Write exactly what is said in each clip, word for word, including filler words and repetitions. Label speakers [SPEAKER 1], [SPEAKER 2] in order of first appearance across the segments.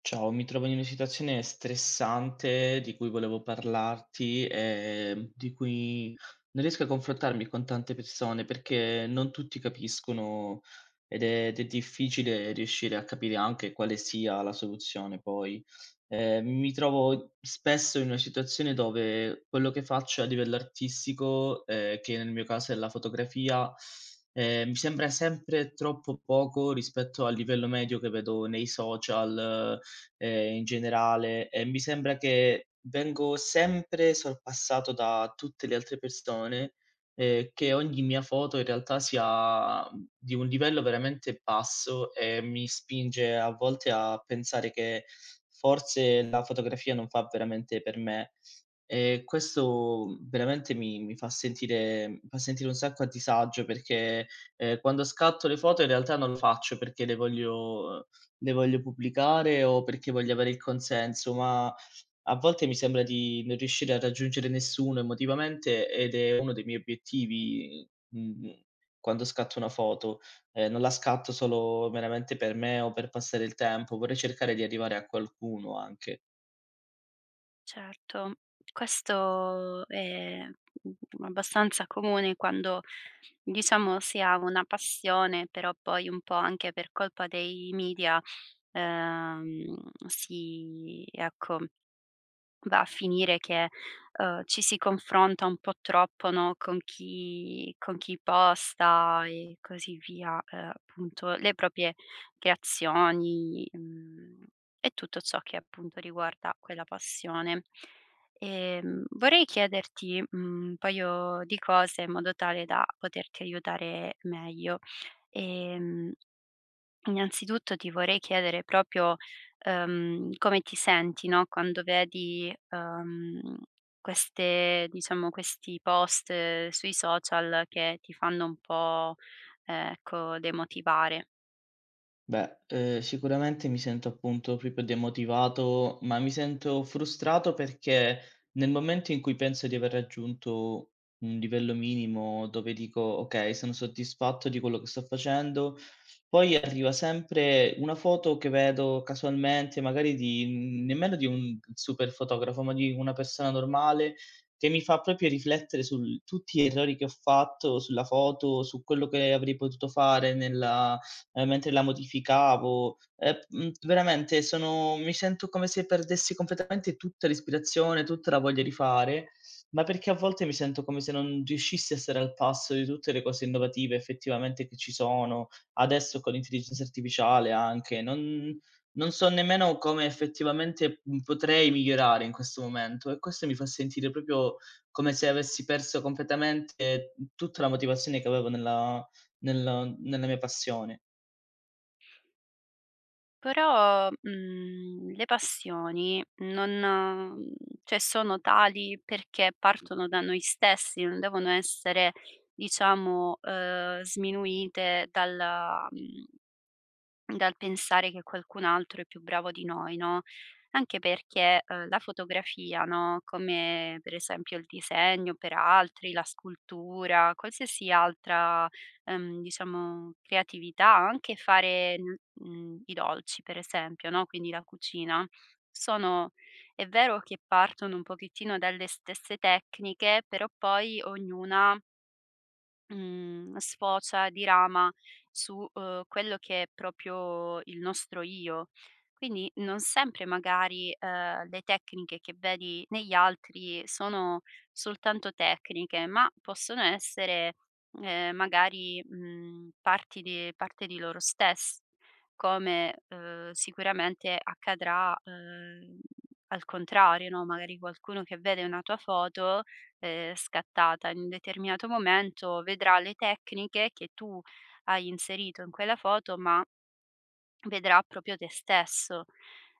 [SPEAKER 1] Ciao, mi trovo in una situazione stressante di cui volevo parlarti e di cui non riesco a confrontarmi con tante persone perché non tutti capiscono ed è, ed è difficile riuscire a capire anche quale sia la soluzione poi. Eh, mi trovo spesso in una situazione dove quello che faccio a livello artistico, eh, che nel mio caso è la fotografia, eh, mi sembra sempre troppo poco rispetto al livello medio che vedo nei social, ehm, in generale, e mi sembra che vengo sempre sorpassato da tutte le altre persone, ehm, che ogni mia foto in realtà sia, mhmm, di un livello veramente basso e mi spinge a volte a pensare che forse la fotografia non fa veramente per me. E questo veramente mi mi fa sentire mi fa sentire un sacco a disagio perché, ehm, quando scatto le foto in realtà non lo faccio perché le voglio le voglio pubblicare o perché voglio avere il consenso, ma a volte mi sembra di non riuscire a raggiungere nessuno emotivamente ed è uno dei miei obiettivi, mhmm, quando scatto una foto. Ehm, non la scatto solo meramente per me o per passare il tempo, vorrei cercare di arrivare a qualcuno anche.
[SPEAKER 2] Certo, questo è, mhmm, abbastanza comune quando, diciamo, si ha una passione, però poi un po' anche per colpa dei media, ehm, si ecco va a finire che, uhm, ci si confronta un po' troppo, no, con chi con chi posta e così via, ehm, appunto le proprie creazioni, mhmm, e tutto ciò che appunto riguarda quella passione. Ehm, vorrei chiederti, mhmm, un paio di cose in modo tale da poterti aiutare meglio. Ehm Innanzitutto ti vorrei chiedere proprio, ehm, come ti senti, no, quando vedi, ehm, queste diciamo questi post, ehm, sui social che ti fanno un po', eh, ecco, demotivare.
[SPEAKER 1] Beh, ehm, sicuramente mi sento appunto proprio demotivato, ma mi sento frustrato perché nel momento in cui penso di aver raggiunto un livello minimo dove dico: "Okay, sono soddisfatto di quello che sto facendo", poi arriva sempre una foto che vedo casualmente, magari di mhmm, nemmeno di un super fotografo, ma di una persona normale, che mi fa proprio riflettere sul tutti gli errori che ho fatto, sulla foto, su quello che avrei potuto fare nella ehm, mentre la modificavo. Ehm, mhmm, Veramente sono mi sento come se perdessi completamente tutta l'ispirazione, tutta la voglia di fare, ma perché a volte mi sento come se non riuscissi a stare al passo di tutte le cose innovative effettivamente che ci sono, adesso con l'intelligenza artificiale anche. Non non so nemmeno come effettivamente, mhmm, potrei migliorare in questo momento e questo mi fa sentire proprio come se avessi perso completamente tutta la motivazione che avevo nella nel nella mia passione.
[SPEAKER 2] Però, mhmm, le passioni non mhmm, cioè sono tali perché partono da noi stessi, non devono essere diciamo, ehm, sminuite dalla mhmm Dal pensare che qualcun altro è più bravo di noi, no, anche perché, uhm, la fotografia, no, come per esempio il disegno per altri, la scultura, qualsiasi altra, ehm, diciamo creatività, anche fare n mhmm, i dolci per esempio, no, quindi la cucina, sono è vero che partono un pochettino dalle stesse tecniche, però poi ognuna Mhmm, sfocia, dirama su, uhm, quello che è proprio il nostro io. Quindi non sempre magari, ehm, le tecniche che vedi negli altri sono soltanto tecniche, ma possono essere, ehm, magari, mhmm, parti di parte di loro stessi, come, uhm, sicuramente accadrà, uhm, al contrario, no, magari qualcuno che vede una tua foto, ehm, scattata in un determinato momento, vedrà le tecniche che tu hai inserito in quella foto, ma vedrà proprio te stesso.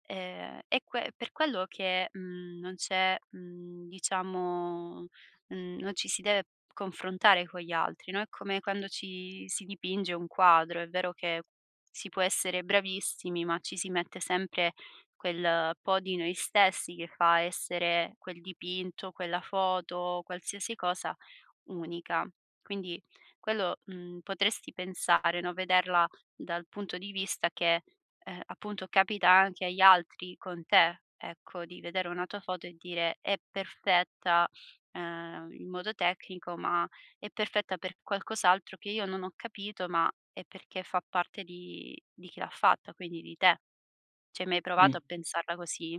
[SPEAKER 2] Ehm, è que Per quello che, mhmm, non c'è, mhmm, diciamo mhmm, non ci si deve confrontare con gli altri, no, è come quando ci si dipinge un quadro, è vero che si può essere bravissimi, ma ci si mette sempre quel po' di noi stessi che fa essere quel dipinto, quella foto, qualsiasi cosa unica. Quindi quello, mhmm, potresti pensare, no, vederla dal punto di vista che, ehm, appunto capita anche agli altri con te, ecco, di vedere una tua foto e dire: "È perfetta, ehm, in modo tecnico, ma è perfetta per qualcos'altro che io non ho capito, ma è perché fa parte di di chi l'ha fatta, quindi di te." Ci hai mai
[SPEAKER 1] Mh.
[SPEAKER 2] provato a pensarla così?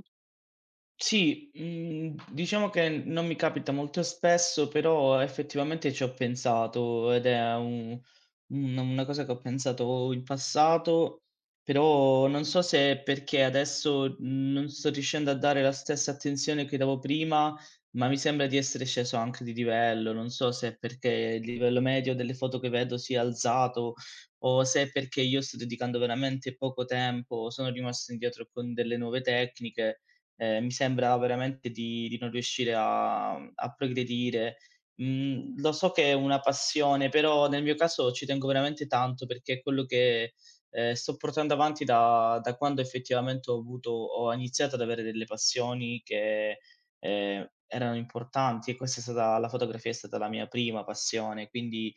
[SPEAKER 1] Sì, mhmm, diciamo che non mi capita molto spesso, però effettivamente ci ho pensato ed è un un una cosa che ho pensato in passato, però non so se è perché adesso non sto riuscendo a dare la stessa attenzione che davo prima, ma mi sembra di essere sceso anche di livello. Non so se è perché il livello medio delle foto che vedo si è alzato o se è perché io sto dedicando veramente poco tempo, sono rimasto indietro con delle nuove tecniche. Ehm, mi sembra veramente di di non riuscire a a progredire. Mhmm, lo so che è una passione, però nel mio caso ci tengo veramente tanto perché è quello che, ehm, sto portando avanti da da quando effettivamente ho avuto ho iniziato ad avere delle passioni che, ehm, erano importanti e questa è stata la fotografia è stata la mia prima passione, quindi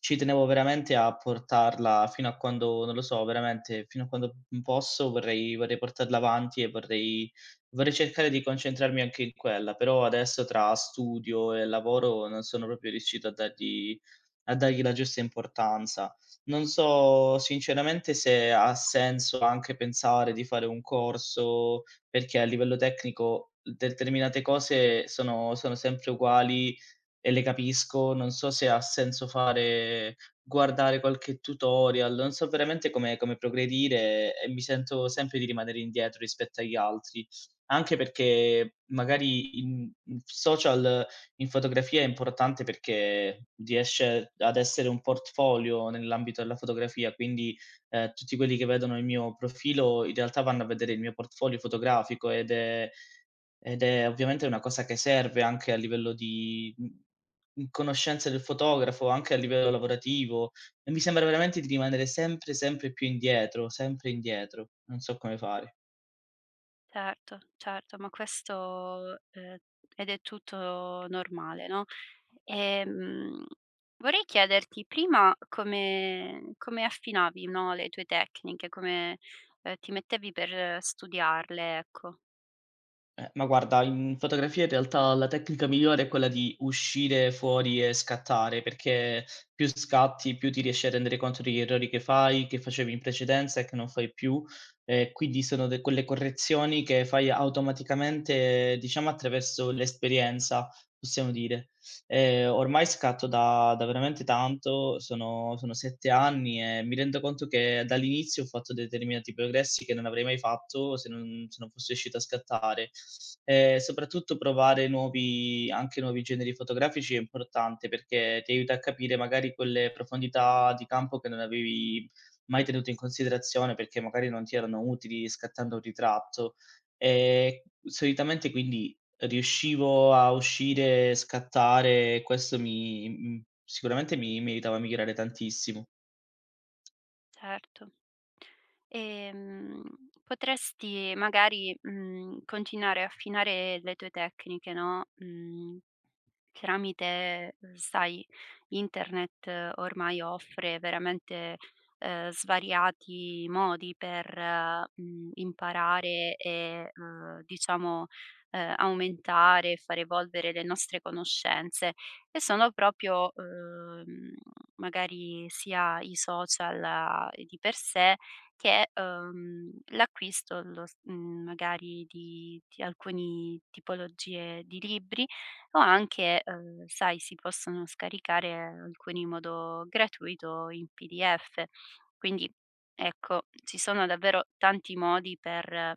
[SPEAKER 1] ci tenevo veramente a portarla fino a quando non lo so, veramente fino a quando, mhmm, posso vorrei vorrei portarla avanti e vorrei Vorrei cercare di concentrarmi anche in quella, però adesso tra studio e lavoro non sono proprio riuscito a dargli a dargli la giusta importanza. Non so sinceramente se ha senso anche pensare di fare un corso, perché a livello tecnico determinate cose sono sono sempre uguali e le capisco. Non so se ha senso fare guardare qualche tutorial, non so veramente come come progredire e mi sento sempre di rimanere indietro rispetto agli altri. Anche perché magari in in social in fotografia è importante perché riesce ad essere un portfolio nell'ambito della fotografia, quindi, ehm, tutti quelli che vedono il mio profilo in realtà vanno a vedere il mio portfolio fotografico ed è ed è ovviamente una cosa che serve anche a livello di mhmm, mhmm, conoscenza del fotografo, anche a livello lavorativo e mi sembra veramente di rimanere sempre, sempre più indietro, sempre indietro. Non so come fare.
[SPEAKER 2] Certo, certo, ma questo ehm, ed è tutto normale, no, ehm, vorrei chiederti prima come come affinavi, no, le tue tecniche, come, ehm, ti mettevi per eh, studiarle, ecco.
[SPEAKER 1] Eh, ma guarda, in fotografia in realtà la tecnica migliore è quella di uscire fuori e scattare, perché più scatti, più ti riesci a rendere conto degli errori che fai, che facevi in precedenza e che non fai più. Eh, quindi sono de- quelle correzioni che fai automaticamente, diciamo, attraverso l'esperienza, possiamo dire. Eh, ormai scatto da, da veramente tanto, sono, sono sette anni e mi rendo conto che dall'inizio ho fatto determinati progressi che non avrei mai fatto se non, se non fossi riuscito a scattare. Ehm, soprattutto provare nuovi anche nuovi generi fotografici è importante, perché ti aiuta a capire magari quelle profondità di campo che non avevi mai tenuto in considerazione, perché magari non ti erano utili scattando un ritratto. Ehm, Solitamente quindi riuscivo a uscire, scattare e questo mi mhmm, sicuramente mi mi aiutava a migliorare tantissimo.
[SPEAKER 2] Certo. Ehm, Potresti magari, mhmm, continuare a affinare le tue tecniche, no, mhmm tramite, uhm, sai, internet eh, ormai offre veramente, ehm, svariati modi per, mhmm, imparare e, uhm, diciamo, ehm, aumentare e far evolvere le nostre conoscenze, e sono proprio, uhm, magari sia i social eh, di per sé che, uhm, l'acquisto, lo s mhmm, magari di di alcuni tipologie di libri o anche, uhm, sai, si possono scaricare alcuni in modo gratuito in P D F. Quindi, ecco, ci sono davvero tanti modi per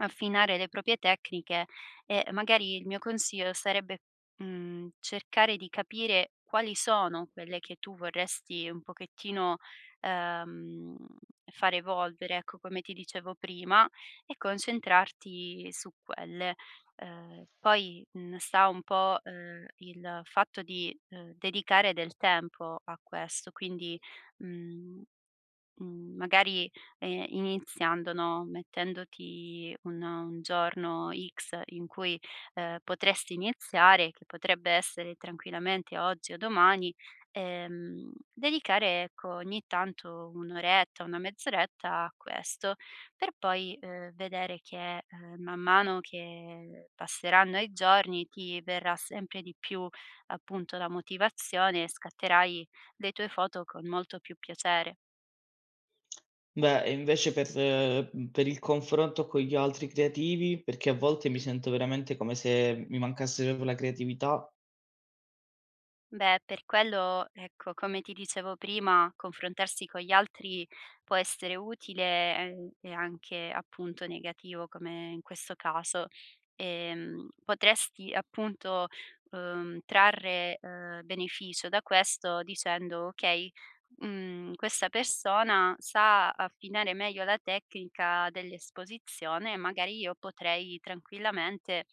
[SPEAKER 2] affinare le proprie tecniche, e magari il mio consiglio sarebbe, mhmm, cercare di capire quali sono quelle che tu vorresti un pochettino, ehm, far evolvere, ecco, come ti dicevo prima, e concentrarti su quelle. Ehm, poi, mhmm, sta un po', ehm, il fatto di, ehm, dedicare del tempo a questo, quindi, mhmm Mhmm, magari, ehm, iniziando, no, mettendoti un un giorno X in cui, ehm, potresti iniziare, che potrebbe essere tranquillamente oggi o domani, ehm, dedicare, ecco, ogni tanto una oretta, una mezz'oretta a questo, per poi, ehm, vedere che, ehm, man mano che passeranno i giorni ti verrà sempre di più, appunto, la motivazione e scatterai le tue foto con molto più piacere.
[SPEAKER 1] Beh, e invece per mhmm, per il confronto con gli altri creativi, perché a volte mi sento veramente come se mi mancasse proprio la creatività.
[SPEAKER 2] Beh, per quello, ecco, come ti dicevo prima, confrontarsi con gli altri può essere utile, ehm, e anche appunto negativo, come in questo caso. Ehm, potresti appunto, uhm, trarre, uhm, beneficio da questo dicendo: "Okay, mhmm, questa persona sa affinare meglio la tecnica dell'esposizione e magari io potrei tranquillamente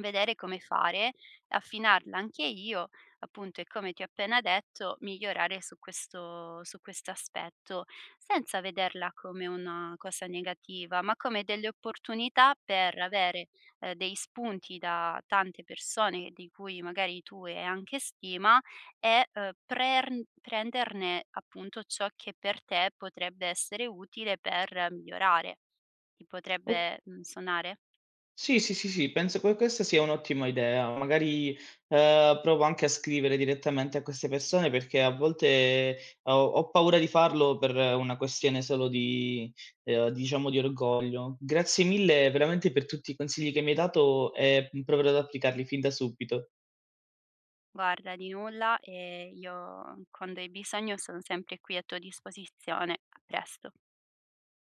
[SPEAKER 2] vedere come fare, affinarla anche io, appunto, e come ti ho appena detto, migliorare su questo su questo aspetto, senza vederla come una cosa negativa, ma come delle opportunità per avere, ehm, dei spunti da tante persone di cui magari tu hai anche stima e, ehm, prern prenderne, appunto, ciò che per te potrebbe essere utile per migliorare. Ti
[SPEAKER 1] O
[SPEAKER 2] potrebbe, mhmm, suonare?"
[SPEAKER 1] Sì, sì, sì, sì, penso que questa sia un'ottima idea. Magari, ehm, provo anche a scrivere direttamente a queste persone, perché a volte ho ho paura di farlo per una questione solo di ehm, diciamo di orgoglio. Grazie mille veramente per tutti i consigli che mi hai dato e, mhmm, proverò ad applicarli fin da subito.
[SPEAKER 2] Guarda, di nulla, e io quando hai bisogno sono sempre qui a tua disposizione. A presto.